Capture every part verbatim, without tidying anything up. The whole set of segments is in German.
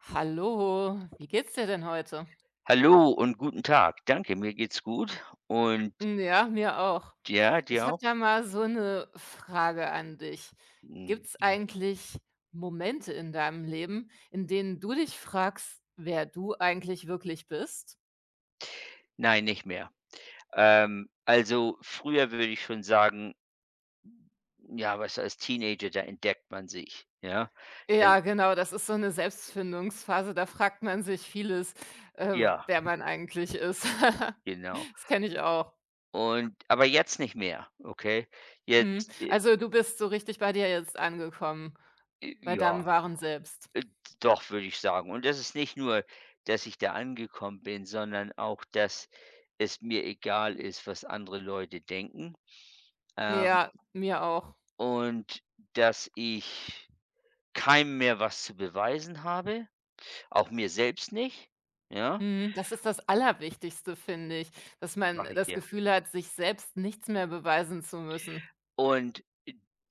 Hallo, wie geht's dir denn heute? Hallo und guten Tag. Danke, mir geht's gut und Ja, mir auch. ja, dir Ich habe auch? da mal so eine Frage an dich. Hm, Gibt's eigentlich Momente in deinem Leben, in denen du dich fragst, wer du eigentlich wirklich bist? nein, nicht mehr. Ähm, also, früher würde ich schon sagen, ja, weißt als Teenager, da entdeckt man sich, ja? Äh, Ja, genau, das ist so eine Selbstfindungsphase, da fragt man sich vieles, äh, ja, wer man eigentlich ist. genau. Das kenne ich auch. Und aber jetzt nicht mehr, okay? Mhm. Jetzt, äh, Also, du bist so richtig bei dir jetzt angekommen, äh, bei deinem ja, wahren Selbst. äh, doch, würde ich sagen. Und das ist nicht nur, dass ich da angekommen bin, sondern auch, dass es mir egal ist, was andere Leute denken. Ähm Ja, mir auch. Und dass ich keinem mehr was zu beweisen habe, auch mir selbst nicht, ja? Mhm, das ist das Allerwichtigste, finde ich, dass man Mache ich das dir. Gefühl hat, sich selbst nichts mehr beweisen zu müssen. Und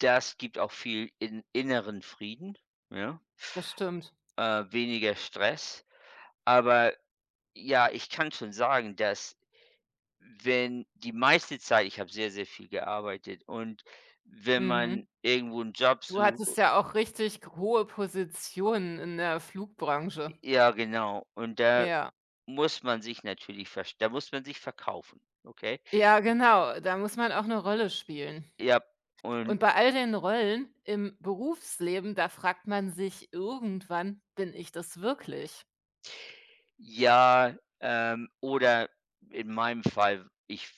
das gibt auch viel in inneren Frieden, ja? Das stimmt. Äh, weniger Stress. Aber ja, ich kann schon sagen, dass wenn die meiste Zeit ich habe sehr, sehr viel gearbeitet und wenn man Mhm. irgendwo einen Job Du sucht hattest ja auch richtig hohe Positionen in der Flugbranche. ja, genau. Und da Ja. muss man sich natürlich verst da muss man sich verkaufen, okay? Ja, genau, da muss man auch eine Rolle spielen. Ja, und Und bei all den Rollen im Berufsleben, da fragt man sich irgendwann: „Bin ich das wirklich?“ Ja, ähm, oder in meinem Fall, ich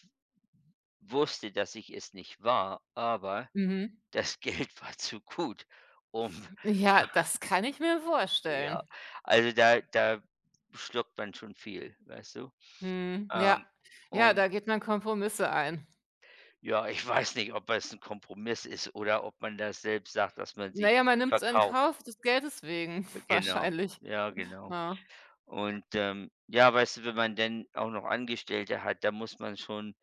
wusste, dass ich es nicht war, aber Mhm. das Geld war zu gut, um Ja, das kann ich mir ja, vorstellen. also da da schluckt man schon viel, weißt du? Mhm, ja. Ähm, Ja, und da geht man Kompromisse ein. ja, ich weiß nicht, ob es ein Kompromiss ist oder ob man das selbst sagt, dass man Na sich ja, man nimmt's in verkauft. Kauf des Geldes wegen Genau. wahrscheinlich. Ja, genau. Ja. Und, ähm, ja, weißt du, wenn man dann auch noch Angestellte hat, da muss man schon.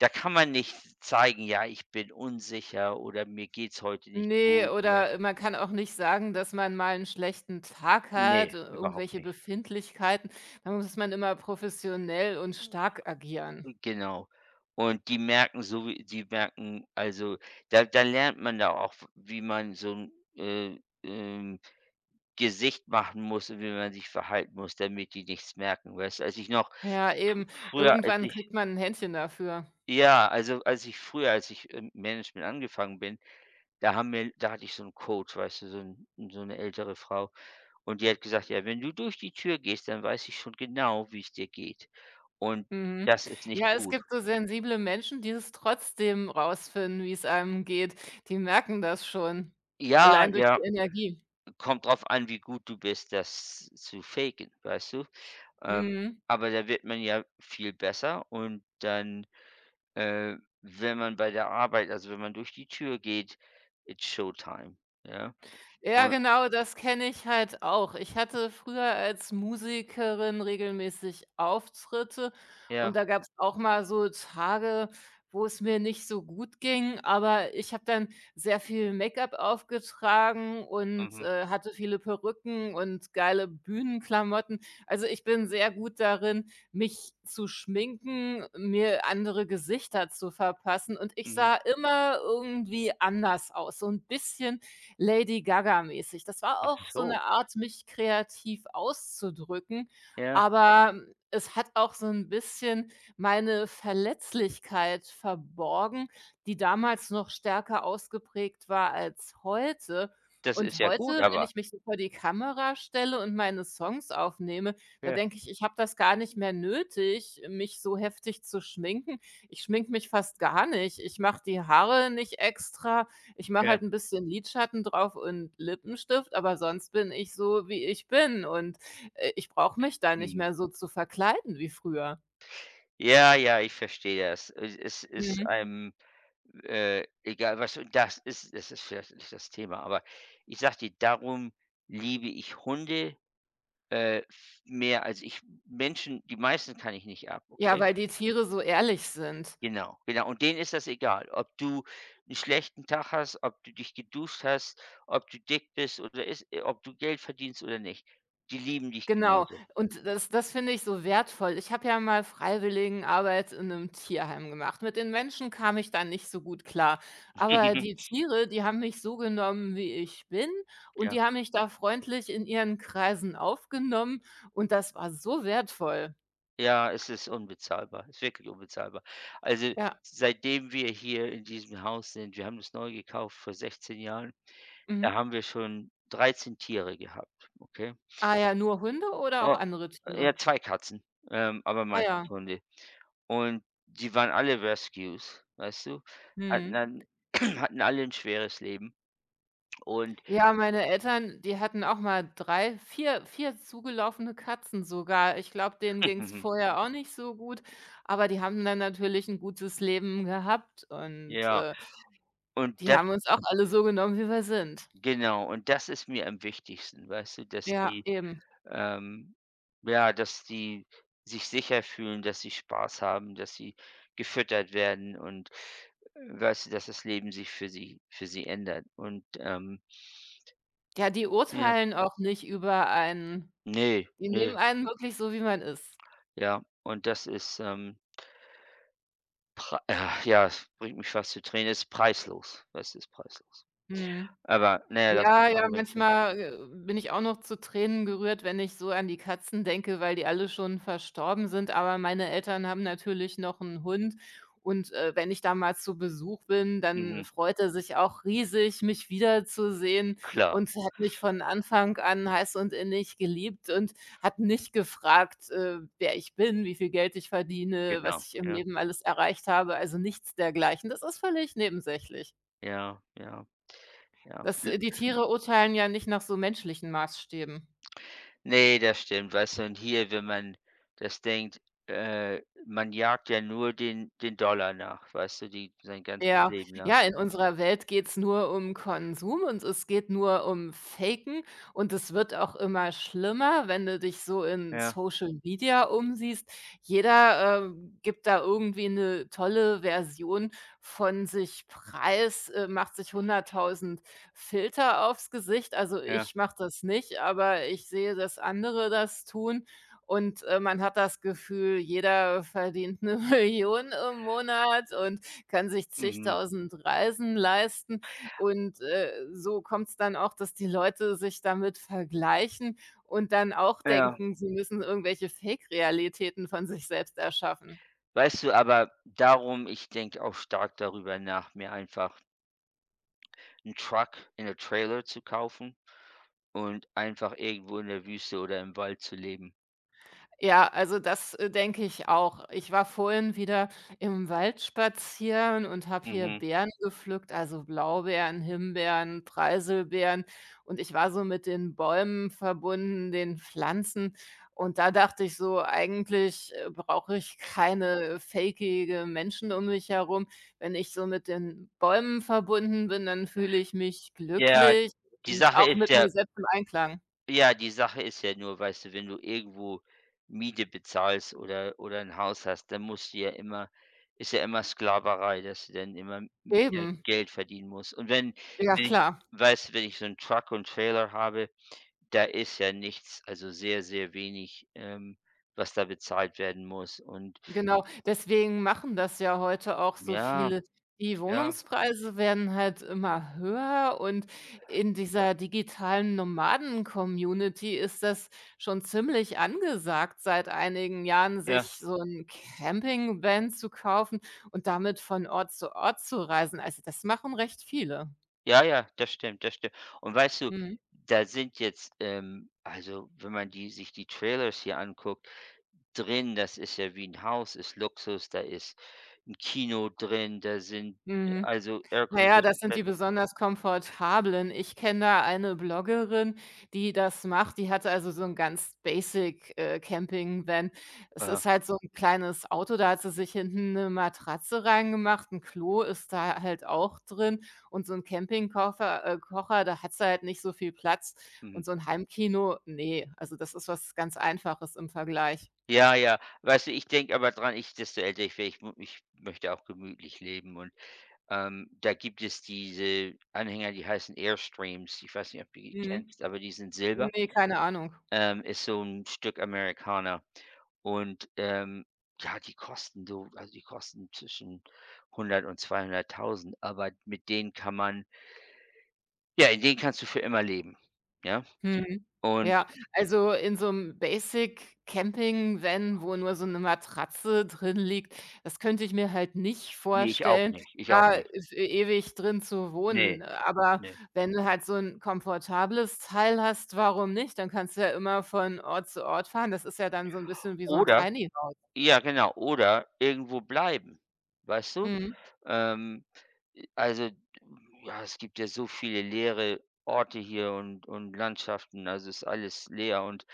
Da kann man nicht zeigen: „Ja, ich bin unsicher" oder „mir geht's heute nicht Ne, gut" oder oder man kann auch nicht sagen, dass man mal einen schlechten Tag ne, hat, äh, überhaupt irgendwelche nicht. Befindlichkeiten. Da muss man immer professionell und stark agieren. Genau. Und die merken so wie die merken also, da da lernt man da auch, w wie man so 'n, äh, ähm, Gesicht machen muss und wie man sich verhalten muss, damit die nichts merken, weißt du? Als ich noch Ja, fr eben. früher, als Irgendwann ich, kriegt man ein Händchen dafür. ja, also, als ich früher als ich im Management angefangen bin, Da haben wir da hatte ich so 'n Coach, weißt du, so 'n so 'ne ältere Frau und die hat gesagt: „Ja, wenn du durch die Tür gehst, dann weiß ich schon genau, wie's dir geht und Mhm. das ist nicht Ja, es gut." gibt so sensible Menschen, die es trotzdem rausfinden, wie es einem geht. Die merken das schon, Ja, allein durch ja, die Energie. kommt drauf an, wie gut du bist, das zu faken, weißt du? Ähm, Mhm. aber da wird man ja viel besser und dann, äh, wenn man bei der Arbeit also, wenn man durch die Tür geht, it's Showtime, ja? Ja, Und genau, das kenne ich halt auch. Ich hatte früher als Musikerin regelmäßig Auftritte und ja, da gab's auch mal so Tage, wo es mir nicht so gut ging, aber ich habe dann sehr viel Make-up aufgetragen und, mhm, äh, hatte viele Perücken und geile Bühnenklamotten. Also, ich bin sehr gut darin, mich zu schminken, mir andere Gesichter zu verpassen und ich mhm. sah immer irgendwie anders aus, so 'n bisschen Lady Gaga-mäßig. Das war Ach auch so so, 'ne Art, mich kreativ auszudrücken, ja, aber ähm, es hat auch so 'n bisschen meine Verletzlichkeit verborgen, die damals noch stärker ausgeprägt war als heute. das ist Und ja gut, heute, wenn aber ich mich so vor die Kamera stelle und meine Songs aufnehme, da ja. denke ich, ich habe das gar nicht mehr nötig, mich so heftig zu schminken. Ich schminke mich fast gar nicht. Ich mache die Haare nicht extra, ich mache halt Ja, 'n bisschen Lidschatten drauf und Lippenstift, aber sonst bin ich so, wie ich bin und, äh, ich brauche mich da nicht mhm. mehr so zu verkleiden wie früher. Ja, ja, ich verstehe das. Es es ist Mhm. einem, äh, egal was und das ist das ist vielleicht nicht das Thema, aber ich sage dir, darum liebe ich Hunde, äh, v mehr als ich Menschen die meisten kann ich nicht ab, Ja, okay? weil die Tiere so ehrlich sind. Genau, genau. Und denen ist das egal, ob du einen schlechten Tag hast, ob du dich geduscht hast, ob du dick bist oder ist äh, ob du Geld verdienst oder nicht. Die lieben dich Genau. genauso. Und das das finde ich so wertvoll. Ich habe ja mal Freiwilligenarbeit in 'nem Tierheim gemacht. Mit den Menschen kam ich da nicht so gut klar, aber die Tiere, die haben mich so genommen, wie ich bin und Ja. die haben mich da freundlich in ihren Kreisen aufgenommen und das war so wertvoll. Ja, es ist unbezahlbar, ist wirklich unbezahlbar. Also, Ja. seitdem wir hier in diesem Haus sind, wir haben das neu gekauft vor sechzehn Jahren, Mhm. da haben wir schon dreizehn Tiere gehabt, okay? Ah ja, nur Hunde oder auch Oh, andere ja, Tiere? zwei Katzen, ähm, aber Ah meistens ja. Hunde. Und die waren alle Rescues, weißt du? Hatten Mhm. dann hatten alle ein schweres Leben und Ja, meine Eltern, die hatten auch mal drei, vier, vier zugelaufene Katzen sogar. Ich glaube, denen ging's vorher auch nicht so gut, aber die haben dann natürlich ein gutes Leben gehabt und, ja, äh, und die das haben uns auch alle so genommen, wie wir sind. genau, und das ist mir am wichtigsten, weißt du, dass Ja, die eben. ähm, ja, dass die sich sicher fühlen, dass sie Spaß haben, dass sie gefüttert werden und, äh, weißt du, dass das Leben sich für sie für sie ändert und, ähm, Ja, die ja, urteilen auch nicht über einen. ne, Die nehmen ne, einen wirklich so, wie man ist. ja, und das ist, ähm, prei äh, ja, es bringt mich fast zu Tränen, ist preislos, das ist preislos. Mhm. Aber na ja, lass uns Ja, ja, darüber nicht reden. manchmal, äh, bin ich auch noch zu Tränen gerührt, wenn ich so an die Katzen denke, weil die alle schon verstorben sind. Aber meine Eltern haben natürlich noch einen Hund und, äh, wenn ich da mal zu Besuch bin, dann Mhm, freut er sich auch riesig, mich wiederzusehen klar, und hat mich von Anfang an heiß und innig geliebt und hat nicht gefragt, äh, wer ich bin, wie viel Geld ich verdiene, was genau, ich im ja, Leben alles erreicht habe, also nichts dergleichen. Das ist völlig nebensächlich. ja, ja, ja. Das äh, Die Tiere urteilen ja nicht nach so menschlichen Maßstäben. Ne, das stimmt. Weißt du, und hier, wenn man das denkt, äh, man jagt ja nur den den Dollar nach, weißt du, die sein ganzes Ja, Leben lang. ja, in unserer Welt geht's nur um Konsum und es geht nur um Faken und es wird auch immer schlimmer, wenn du dich so in Ja, Social Media umsiehst. Jeder, ähm, gibt da irgendwie eine tolle Version von sich preis, äh, macht sich hunderttausend Filter aufs Gesicht. Also, ja, ich mache das nicht, aber ich sehe, dass andere das tun und, äh, man hat das Gefühl, jeder verdient eine Million im Monat und kann sich mhm, zigtausend Reisen leisten. Und, äh, so kommt es dann auch, dass die Leute sich damit vergleichen und dann auch ja. denken, sie müssen irgendwelche Fake-Realitäten von sich selbst erschaffen. Weißt du, aber darum ich denke auch stark darüber nach, mir einfach einen Truck in 'ne Trailer zu kaufen und einfach irgendwo in der Wüste oder im Wald zu leben. Ja, also das, äh, denke ich auch. Ich war vorhin wieder im Wald spazieren und habe hier Mhm. Beeren gepflückt, also Blaubeeren, Himbeeren, Preiselbeeren. Und ich war so mit den Bäumen verbunden, den Pflanzen. Und da dachte ich so, eigentlich, äh, brauche ich keine fakeige Menschen um mich herum. Wenn ich so mit den Bäumen verbunden bin, dann fühle ich mich Ja, glücklich die und Sache auch ist mit ja mir selbst im Einklang. Ja, die Sache ist ja nur, weißt du, wenn du irgendwo Miete bezahlst oder oder ein Haus hast, dann musst du ja immer, ist ja immer Sklaverei, dass du dann immer wieder Eben. Geld verdienen musst. Und wenn Ja, wenn ich klar. weißt du, wenn ich so einen Truck und Trailer habe, da ist ja nichts also sehr, sehr wenig, ähm, was da bezahlt werden muss. Und Genau, deswegen machen das ja heute auch so ja, viele. Die ja, Wohnungspreise werden halt immer höher und in dieser digitalen Nomaden-Community ist das schon ziemlich angesagt, seit einigen Jahren sich ja, so 'n Campingvan zu kaufen und damit von Ort zu Ort zu reisen. Also, das machen recht viele. ja, ja, das stimmt, das stimmt. Und weißt du, Mhm. da sind jetzt, ähm also, wenn man die sich die Trailers hier anguckt drin, das ist ja wie ein Haus, ist Luxus, da ist 'n Kino drin, da sind äh, Mhm. also Na ja, das Airconditioned sind die besonders komfortablen. Ich kenne da eine Bloggerin, die das macht. Die hat also so ein ganz basic, äh, Van. Es aha, ist halt so ein kleines Auto, da hat sie sich hinten eine Matratze reingemacht, ein Klo ist da halt auch drin und so ein Campingkocher, äh, Kocher, da hat sie halt nicht so viel Platz und mhm. so ein Heimkino, nee, also das ist was ganz Einfaches im Vergleich. Ja, ja. Weißt du, ich denke aber dran, ich, desto älter ich werde, ich m ich möchte auch gemütlich leben und, ähm, da gibt es diese Anhänger, die heißen Airstreams. Ich weiß nicht, ob du die Mhm. kennst, aber die sind silber, Ne, keine Ahnung. ähm, ist so ein Stück Amerikaner und, ähm, ja, die kosten so also, die kosten zwischen hundert und zweihunderttausend, aber mit denen kann man. Ja, in denen kannst du für immer leben, ja? Mhm. Und Ja, also in so 'nem Basic-Camping-Van, wo nur so 'ne Matratze drin liegt, das könnte ich mir halt nicht nee ich auch vorstellen, nicht, ich auch da nicht. f ewig drin zu wohnen. Nee, Aber nee. wenn du halt so 'n komfortables Teil hast, warum nicht? Dann kannst du ja immer von Ort zu Ort fahren. Das ist ja dann so 'n bisschen wie so 'n Oder Tiny House. ja, genau, oder irgendwo bleiben, weißt du? Mhm. Ähm, äh, also, ja, es gibt ja so viele leere Orte hier und und Landschaften, also, ist alles leer und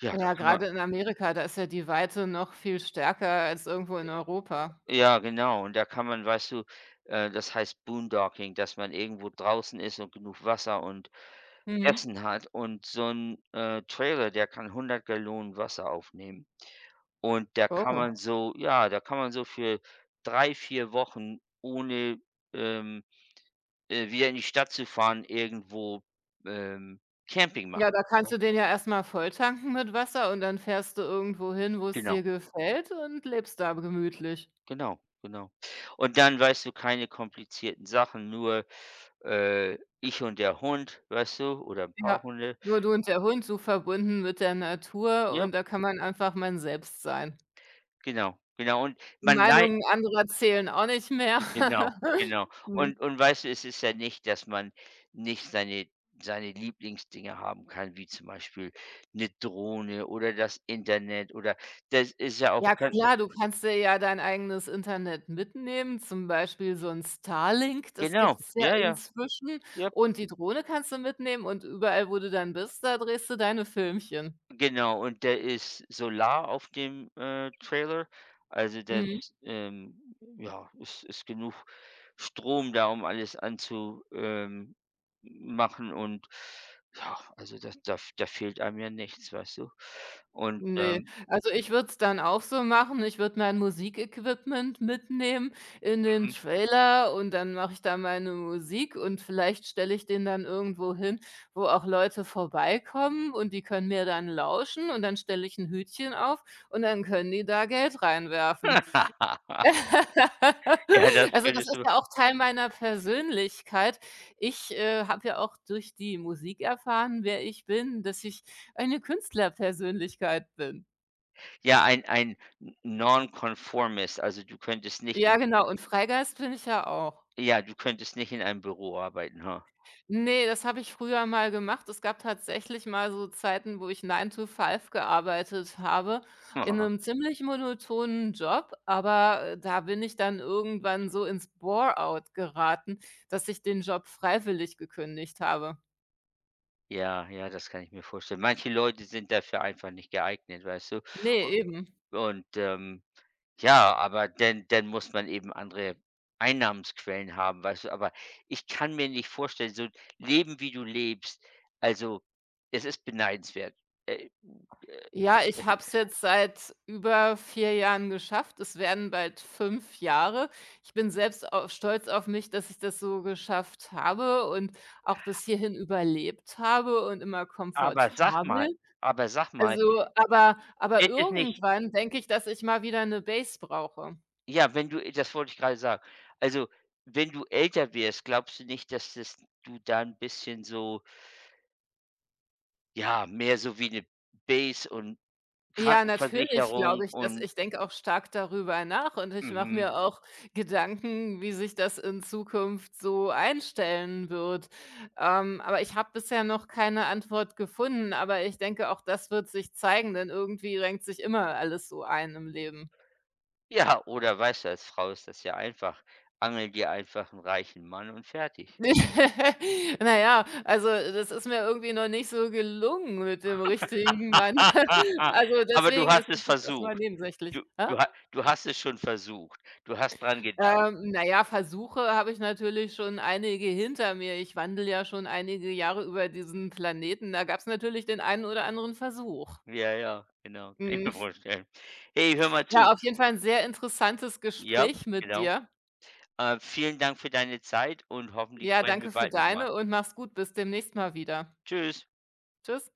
ja, da Ja, kann man grade in Amerika, da ist ja die Weite noch viel stärker als irgendwo in Europa. ja, genau, und da kann man, weißt du, äh, das heißt Boondocking, dass man irgendwo draußen ist und genug Wasser und Mhm. Essen hat und so ein äh, Trailer, der kann hundert Gallonen Wasser aufnehmen. Und da kann Oh. man so ja, da kann man so für drei vier Wochen, ohne, ähm, äh, wieder in die Stadt zu fahren, irgendwo, ähm, Camping Ja, machen. da kannst Ja. du den ja erstmal volltanken mit Wasser und dann fährst du irgendwo hin, wo es dir Genau, gefällt und lebst da gemütlich. genau, genau. Und dann, weißt du, keine komplizierten Sachen, nur, äh, ich und der Hund, weißt du, oder ein paar Ja, Hunde. nur du und der Hund, so verbunden mit der Natur Ja, und da kann man einfach man selbst sein. genau, genau. Und Die man lei Meinungen anderer zählen auch nicht mehr. Genau, genau. Mhm. Und und weißt du, es ist ja nicht, dass man nicht seine seine Lieblingsdinge haben kann, wie zum Beispiel eine Drohne oder das Internet oder das ist ja auch Ja kein. klar, du kannst dir ja dein eigenes Internet mitnehmen, zum Beispiel so 'n Starlink, das Genau, gibt's ja ja, ja, inzwischen ja. und die Drohne kannst du mitnehmen und überall, wo du dann bist, da drehst du deine Filmchen. Genau, und der ist Solar auf dem, äh, Trailer. Also, das, Mhm. ähm ja, ist ist genug Strom da, um alles anzu ähm, machen und ja, also das da da fehlt einem ja nichts, weißt du? Und, Ne, ähm also ich würde es dann auch so machen. Ich würde mein Musikequipment mitnehmen in den mhm. Trailer und dann mache ich da meine Musik und vielleicht stelle ich den dann irgendwo hin, wo auch Leute vorbeikommen und die können mir dann lauschen und dann stelle ich ein Hütchen auf und dann können die da Geld reinwerfen. Ja, das Also, das könntest ist du ja auch Teil meiner Persönlichkeit. Ich, äh, habe ja auch durch die Musik erfahren, wer ich bin, dass ich eine Künstlerpersönlichkeit bin. ja, ein ein N Nonconformist, also du könntest nicht Ja, genau und Freigeist bin ich ja auch. ja, du könntest nicht in einem Büro arbeiten, ha? Ne, das habe ich früher mal gemacht. Es gab tatsächlich mal so Zeiten, wo ich nine to five gearbeitet habe in 'nem ziemlich monotonen Job, aber, äh, da bin ich dann irgendwann so ins Bore-out geraten, dass ich den Job freiwillig gekündigt habe. Ja, ja, das kann ich mir vorstellen. Manche Leute sind dafür einfach nicht geeignet, weißt du? Ne, U eben. Und, ähm, ja, aber dann dann muss man eben andere Einnahmensquellen haben, weißt du? Aber ich kann mir nicht vorstellen, so leben, wie du lebst, also, es ist beneidenswert. Äh, äh, Ja, ich habe es jetzt seit über vier Jahren geschafft. Es werden bald fünf Jahre. Ich bin selbst au stolz auf mich, dass ich das so geschafft habe und auch bis hierhin überlebt habe und immer aber sag mal komfortabel. aber sag mal, Also, aber aber wird es nicht, irgendwann denke ich, dass ich mal wieder eine Base brauche. ja, wenn du das wollte ich gerade sagen. Also, wenn du älter wirst, glaubst du nicht, dass das du da ein bisschen so, ja, mehr so wie eine Bass und Ja, natürlich Krankenversicherung glaube ich das. und Ich denke auch stark darüber nach und ich mache mhm. mir auch Gedanken, wie sich das in Zukunft so einstellen wird. Ähm, aber ich habe bisher noch keine Antwort gefunden, aber ich denke, auch das wird sich zeigen, denn irgendwie renkt sich immer alles so ein im Leben. Ja, oder weißt du, als Frau ist das ja einfach. Angel dir einfach 'n reichen Mann und fertig. Naja, also, das ist mir irgendwie noch nicht so gelungen mit dem richtigen Mann. Also, Aber du deswegen hast ist es es jetzt erst mal versucht. nebensächlich. Du Ne? du ha du hast es schon versucht. Du hast dran gedacht. Ähm, na ja, Versuche habe ich natürlich schon einige hinter mir. Ich wandele ja schon einige Jahre über diesen Planeten. Da gab es natürlich den einen oder anderen Versuch. Ja, ja, genau. Kann ich mir Mhm. vorstellen. Hey, hör mal zu. Ja, auf jeden Fall ein sehr interessantes Ja, Gespräch mit genau. dir. Äh, vielen Dank für deine Zeit und hoffentlich Ja, sprechen wir danke für bald noch mal. deine und mach's gut. Bis demnächst mal wieder. Tschüss. Tschüss.